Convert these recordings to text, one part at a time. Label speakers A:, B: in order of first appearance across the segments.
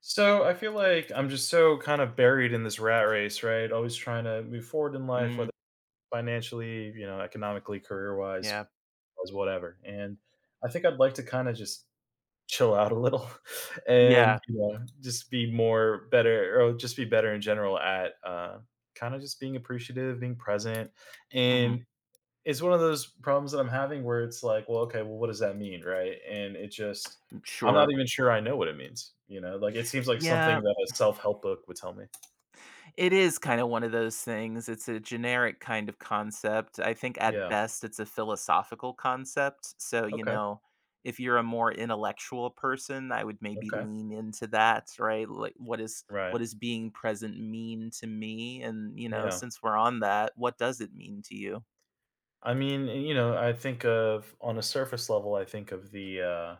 A: So I feel like I'm just so kind of buried in this rat race, right? Always trying to move forward in life,
B: Mm,
A: whether financially, economically, career wise,
B: yeah.
A: as whatever. And I think I'd like to kind of just chill out a little and
B: Yeah.
A: just be more better or just be better in general at kind of just being appreciative, being present.
B: Mhm.
A: And it's one of those problems that I'm having where it's like, well, okay, well, what does that mean, right?
B: Mm,
A: I'm not
B: sure.
A: even sure I know what it means. Like it seems like something
B: Yeah,
A: that a self help book would tell me.
B: it is kind of one of those things. It's a generic kind of concept. I think at
A: Yeah.
B: best it's a philosophical concept. So, you
A: Okay.
B: know, if you're a more intellectual person, I would maybe
A: Okay.
B: lean into that, right? Like what
A: Right.
B: does being present mean to me? And, you know,
A: Yeah.
B: since we're on that, what does it mean to you?
A: I mean, I think of, on a surface level, I think of the uh,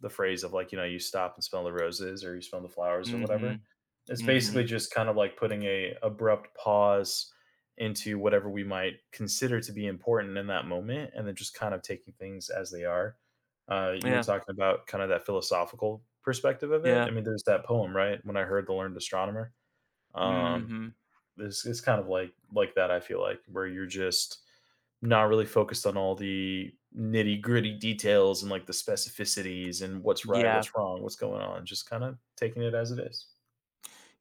A: the phrase of like you stop and smell the roses, or you smell the flowers, or whatever.
B: Mhm.
A: It's
B: Mhm.
A: basically just kind of like putting a abrupt pause into whatever we might consider to be important in that moment, and then just kind of taking things as they are. You were
B: Yeah.
A: talking about kind of that philosophical perspective of it.
B: Yeah.
A: I mean, there's that poem, right? When I heard the learned astronomer. um,
B: Mhm.
A: it's, it's kind of like that. I feel like, where you're just not really focused on all the nitty gritty details and like the specificities and what's right,
B: Yeah.
A: what's wrong, what's going on. Just kind of taking it as it is.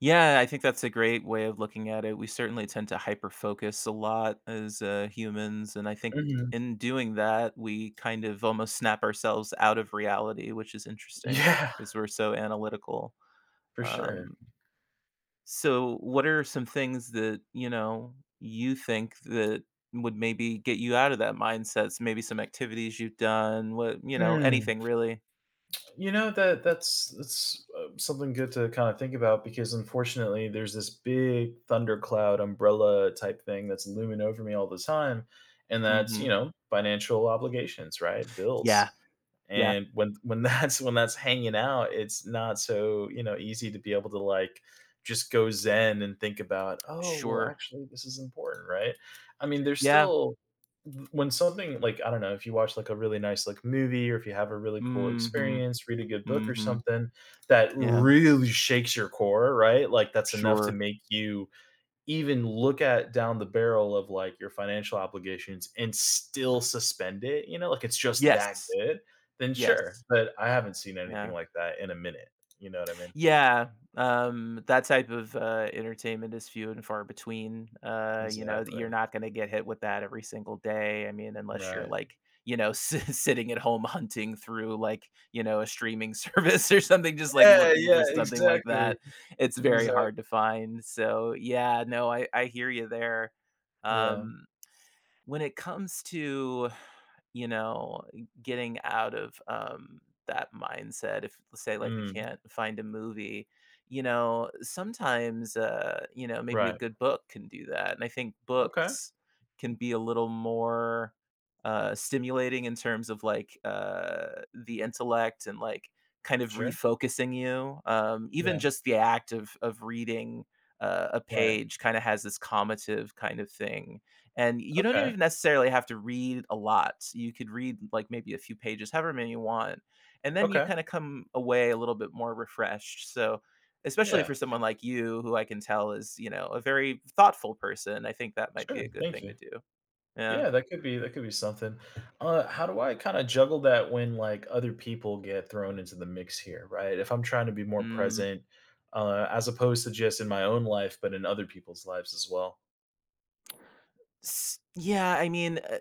B: Yeah, I think that's a great way of looking at it. We certainly tend to hyper focus a lot as humans. And I think
A: Mhm.
B: in doing that, we kind of almost snap ourselves out of reality, which is interesting
A: Yeah,
B: because we're so analytical.
A: for sure.
B: Um, so, what are some things that, you know, you think that would maybe get you out of that mindset? So maybe some activities you've done, what, you know,
A: Hmm.
B: anything really?
A: You know that that's something good to kind of think about, because unfortunately there's this big thundercloud umbrella type thing that's looming over me all the time, and that's
B: Hmm.
A: financial obligations, right?
B: Yeah.
A: Bills,
B: Yeah.
A: and when that's when that's hanging out, it's not so easy to be able to like just go zen and think about, oh, well
B: Sure.
A: actually this is important, right? I mean, there's
B: Yeah.
A: still, when something, like, I don't know, if you watch like a really nice like movie, or if you have a really cool
B: Hmm.
A: experience, read a good book or
B: Hmm.
A: something that
B: Yeah.
A: really shakes your core, right? Like, that's enough to
B: Sure.
A: make you even look at down the barrel of like your financial obligations and still suspend it, like it's just that
B: Yes.
A: good, then sure.
B: Yes.
A: But I haven't seen anything
B: Yeah.
A: like that in a minute. You know what I mean?
B: Yeah, that type of, entertainment is few and far between, you know,
A: Exactly.
B: you're not gonna get hit with that every single day. I mean, unless you're,
A: Right.
B: like, you know, sitting at home hunting through, like, you know, a streaming service or something, just, like,
A: Yeah,
B: looking
A: yeah,
B: for something like
A: exactly.
B: that. It's very
A: Exactly.
B: hard to find, so, yeah, no, I hear you there.
A: Yeah.
B: Um, when it comes to, you know, getting out of that mindset, if say like we
A: Mm,
B: can't find a movie, you know, sometimes you know, maybe a
A: right.
B: good book can do that, and I think
A: Okay.
B: books can be a little more stimulating in terms of like the intellect and like kind of
A: Sure.
B: refocusing you. Even
A: Yeah.
B: just the act of reading a
A: Right.
B: page kind of has this comative kind of thing, and you don't
A: Okay.
B: even necessarily have to read a lot. You could read like maybe a few pages, however many you want. And then you
A: Okay.
B: kind of come away a little bit more refreshed. So, especially
A: Yeah.
B: for someone like you, who I can tell is, you know, a very thoughtful person, I think that might be
A: Sure.
B: a good
A: Thank
B: thing to
A: you.
B: do. Yeah.
A: Yeah, that could be something. How do I kind of juggle that when like other people get thrown into the mix here, right? If I'm trying to be more
B: Mm.
A: present, as opposed to just in my own life, but in other people's lives as well.
B: Yeah. I mean,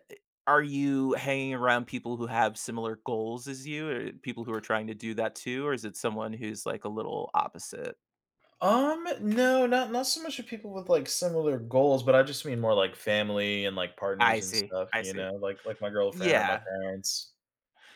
B: are you hanging around people who have similar goals as you, or people who are trying to do that too? Or is it someone who's like a little opposite?
A: No, not so much of people with like similar goals, but I just mean more like family and like
B: I
A: partners and
B: see.
A: stuff.
B: I
A: You
B: see.
A: know, like like my girlfriend or my
B: Yeah.
A: parents.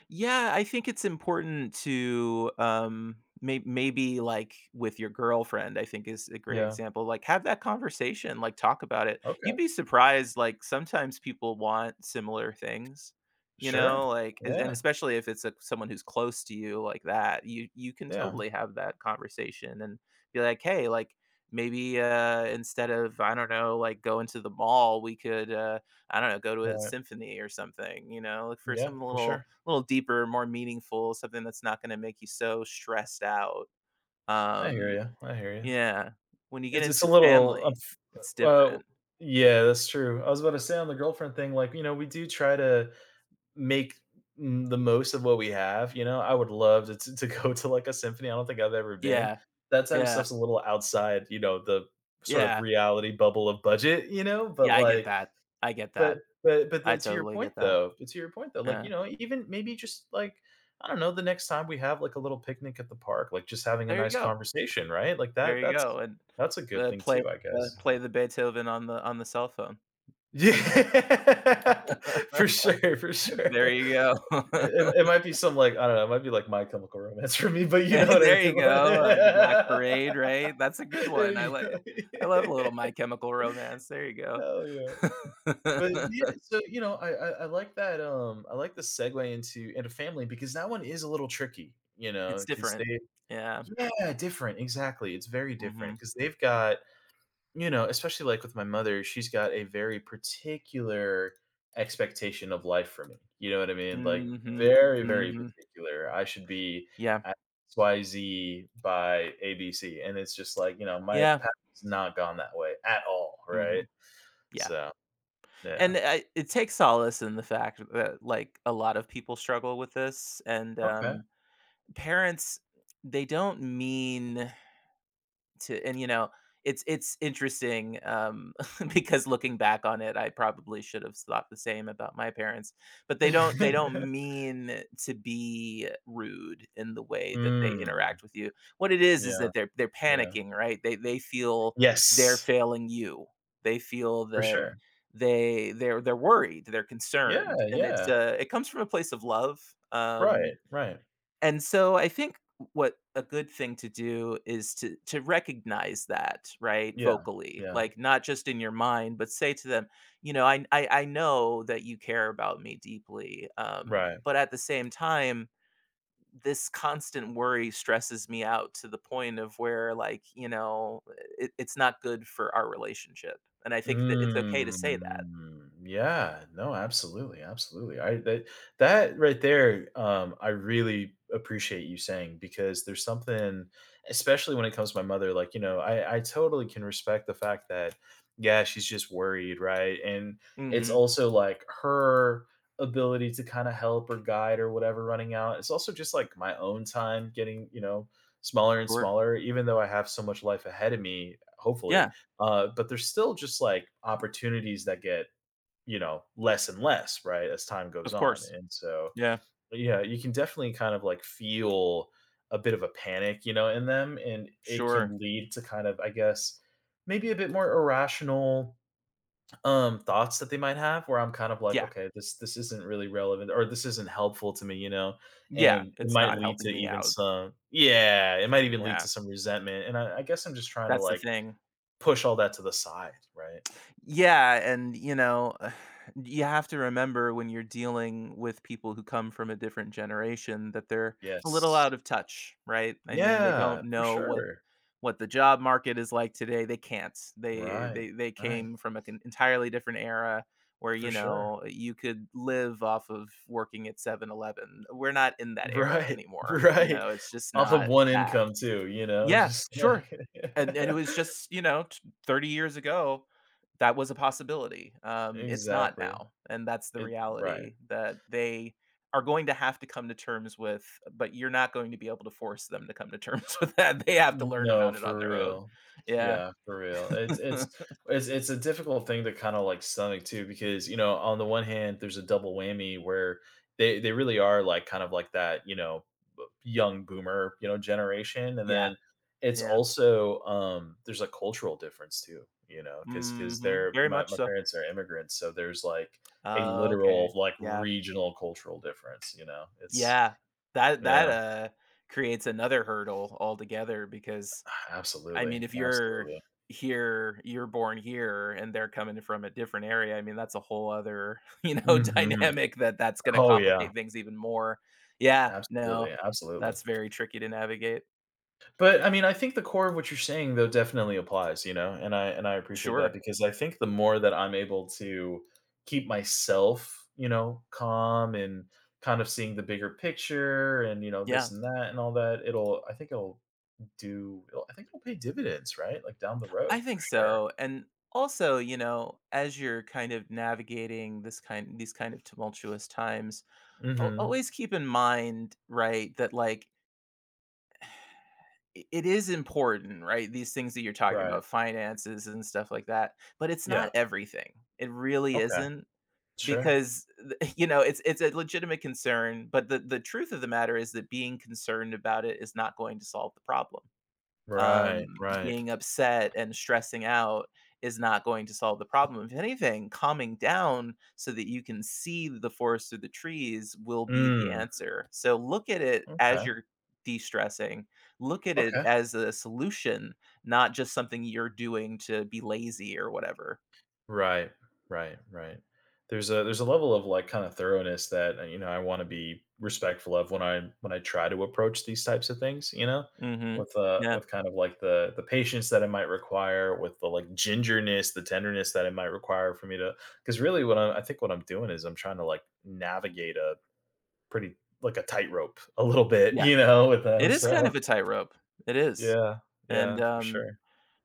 B: Yeah, I think it's important to maybe like with your girlfriend, I think is a great
A: Yeah.
B: example. Like have that conversation, like talk about it.
A: Okay.
B: You'd be surprised, like sometimes people want similar things. You
A: Sure.
B: know, like and
A: Yeah.
B: especially if it's a, someone who's close to you like that, you can
A: Yeah.
B: totally have that conversation and be like, "Hey, like maybe instead of, I don't know, like going to the mall, we could I don't know, go to a
A: Right.
B: symphony or something, you know, look for
A: Yeah.
B: some
A: For
B: little,
A: sure.
B: a little deeper, more meaningful, something that's not gonna make you so stressed out.
A: I hear
B: Um,
A: you, I hear you.
B: yeah, when you get
A: It's
B: into
A: a little
B: family,
A: unf
B: it's
A: uh,
B: different.
A: yeah, that's true. I was about to say, on the girlfriend thing, like, we do try to make, the most of what we have, you know? I would love to go to, like, a symphony. I don't think I've ever been.
B: Yeah,
A: That type of
B: yeah,
A: stuff's a little outside, the sort of
B: yeah.
A: reality bubble of budget, you know? But,
B: Yeah, I get
A: like,
B: that. I get that.
A: but
B: I
A: the to your
B: totally
A: point
B: get that.
A: though, like,
B: Yeah.
A: even maybe just, like, I don't know, the next time we have, like, a little picnic at the park, like, just having a
B: There you
A: nice
B: go.
A: conversation, right? Like,
B: There
A: that
B: you go,
A: that's
B: and
A: that's a good
B: the
A: thing
B: play
A: too, I guess.
B: the Beethoven on the cell phone.
A: Yeah. For sure, for sure.
B: There
A: It
B: you go.
A: it it might be some, like, I don't know, it might be, like, My Chemical Romance for me, but you
B: Yeah,
A: know what
B: there you go, The Black
A: I mean?
B: Parade, right? That's a good
A: Like There
B: one.
A: you go.
B: I love a little My Chemical Romance. There you
A: Hell yeah. But
B: go.
A: yeah, so I like that. I like the segue into family, because that one is a little tricky,
B: It's
A: because
B: different.
A: they,
B: Yeah.
A: yeah, different, exactly. It's very different
B: Mhm.
A: because they've got, especially like with my mother, she's got a very particular expectation of life for me. You know what I mean? Like,
B: Mhm.
A: very very
B: Mhm.
A: particular. I should be
B: Yeah.
A: at XYZ by ABC, and it's just like, my
B: Yeah.
A: path's not gone that way at all, right?
B: Mhm. Yeah.
A: So yeah,
B: And I it takes solace in the fact that, like, a lot of people struggle with this, and,
A: okay.
B: parents, they don't mean to. And, you know, it's interesting, because looking back on it, I probably should have thought the same about my parents, but they don't mean to be rude in the way that they
A: Mm.
B: interact with you. What it is
A: Yeah,
B: that they're
A: yeah.
B: panicking, right? They feel they're
A: Yes,
B: failing you. They feel
A: for
B: that
A: sure.
B: they're worried, they're
A: Yeah,
B: concerned, and it's,
A: yeah.
B: it comes from a place of love,
A: Right, right.
B: and so I think what a good thing to do is to recognize that, right?
A: Yeah,
B: Vocally.
A: yeah.
B: Like not just in your mind, but say to them, you know, I know that you care about me deeply.
A: Right.
B: But at the same time, this constant worry stresses me out to the point of where, like, you know, it's not good for our relationship. And I think that it's okay to say that.
A: Mm, yeah, no, absolutely, absolutely. I that that right there, I really appreciate you saying, because there's something, especially when it comes to my mother, like, I totally can respect the fact that, yeah, she's just worried, right? And it's
B: Hmm.
A: also like her ability to kind of help or guide or whatever running out. It's also just like my own time getting, smaller and
B: Sure.
A: smaller, even though I have so much life ahead of me, hopefully,
B: Yeah,
A: but there's still just like opportunities that get, less and less, right, as time goes
B: of
A: on.
B: course.
A: And so,
B: Yeah.
A: yeah, you can definitely kind of like feel a bit of a panic, in them. And it
B: Sure.
A: can lead to kind of, I guess, maybe a bit more irrational thoughts that they might have, where I'm kind of like,
B: Yeah.
A: okay, this isn't really relevant, or this isn't helpful to me,
B: Yeah.
A: and it
B: It's
A: might
B: not
A: lead
B: helping
A: to
B: me
A: even
B: out.
A: some, yeah, it might even lead
B: Yeah,
A: to some resentment. And I guess I'm just trying to
B: that's the
A: like
B: thing.
A: push all that to the side, right?
B: Yeah, and, you know, you have to remember when you're dealing with people who come from a different generation that they're a little
A: Yes.
B: out of touch, right? I mean, they don't
A: Yeah, for
B: know
A: sure.
B: what the job market is like today. They can't. They
A: Right,
B: they they
A: right,
B: came from an entirely different era where,
A: for
B: you
A: sure.
B: know, you could live off of working at Seven. We're not in that era
A: Right,
B: anymore, you
A: right.
B: know, it's just
A: Off of
B: not
A: 1
B: that.
A: income too,
B: Yeah,
A: just
B: sure.
A: like
B: And it was just, you know, t 30 years ago, that was a possibility. It's not
A: Exactly.
B: now, and that's the
A: It Right.
B: reality that they are going to have to come to terms with, but you're not going to be able to force them to come to terms with that. They have to
A: N
B: learn
A: no,
B: about it on
A: for
B: their own.
A: real.
B: Yeah.
A: Yeah, for real. It's it's it's it's a difficult thing to kinda, like, stomach too, because, on the one hand, there's a double whammy where they really are, like, kind of like that, b young boomer, generation, and
B: Yeah,
A: then it's
B: yeah.
A: also, there's a cultural difference too, because 'cause 'cause
B: Mhm.
A: they're
B: Very
A: my
B: much
A: my
B: so.
A: parents are immigrants, so there's, like, a
B: Okay.
A: literal, like,
B: Yeah.
A: regional cultural difference, you know? It's,
B: Yeah. That,
A: yeah,
B: creates another hurdle altogether because, I
A: absolutely,
B: mean, if you're
A: absolutely.
B: here, you're born here, and they're coming from a different area. I mean, that's a whole other, you know,
A: Mhm.
B: dynamic that that's going to
A: Oh, yeah.
B: complicate things even more. Yeah, no,
A: Absolutely, absolutely.
B: that's very tricky to navigate.
A: But, I mean, I think the core of what you're saying, though, definitely applies, and I appreciate
B: Sure.
A: that, because I think the more that I'm able to keep myself, calm, and kind of seeing the bigger picture and, this
B: Yeah,
A: and that and all that, it'll, I think it'll pay dividends, right? Like, down the road
B: I
A: for
B: think
A: sure.
B: so. And also, you know, as you're kind of navigating these kind of tumultuous times,
A: Mhm.
B: always keep in mind, right, that like it is important, right? These things that you're talking
A: Right.
B: about, finances and stuff like that, but it's
A: Yeah.
B: not everything. It really
A: Okay.
B: isn't
A: Sure.
B: because you know, it's a legitimate concern, but the truth of the matter is that being concerned about it is not going to solve the problem,
A: Right, right.
B: being upset and stressing out is not going to solve the problem. If anything, calming down so that you can see the forest through the trees will be the
A: Mm,
B: answer. So look at it as
A: okay.
B: you're de stressing, look at it
A: Okay.
B: as a solution, not just something you're doing to be lazy or whatever.
A: Right, right, right. There's a level of like kind of thoroughness that I want to be respectful of when I try to approach these types of things.
B: Hmm. Yeah.
A: With kind of like the patience that it might require, with the like gingerness, the tenderness that it might require for me to. Because really, what I think what I'm doing is, I'm trying to like navigate a pretty, like, a tightrope a little bit.
B: Yeah.
A: With them.
B: It is kind
A: So
B: of a tightrope. It is.
A: yeah,
B: And
A: yeah, for sure,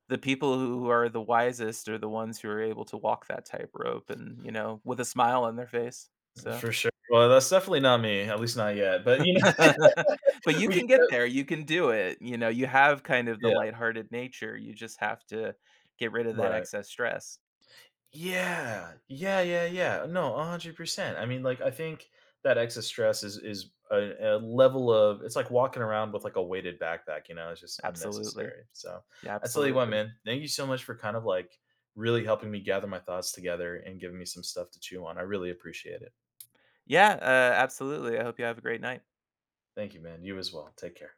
B: the people who are the wisest are the ones who are able to walk that tightrope and, you know, with a smile on their face. So
A: for sure. Well, that's definitely not me. At least not yet. But
B: but you
A: we,
B: can get there, you can do it, you know, you have kind of the
A: yeah,
B: lighthearted nature, you just have to get rid of that
A: right.
B: excess stress.
A: Yeah. Yeah, yeah, yeah. No, 100%. I mean, like, I think that excess stress is a, level of, it's like walking around with like a weighted backpack, it's just
B: Absolutely.
A: unnecessary. So
B: Yeah,
A: I tell you what,
B: absolutely.
A: man, thank you so much for kind of like really helping me gather my thoughts together and giving me some stuff to chew on. I really appreciate it.
B: Yeah, absolutely. I hope you have a great night.
A: Thank you, man. You as well. Take care.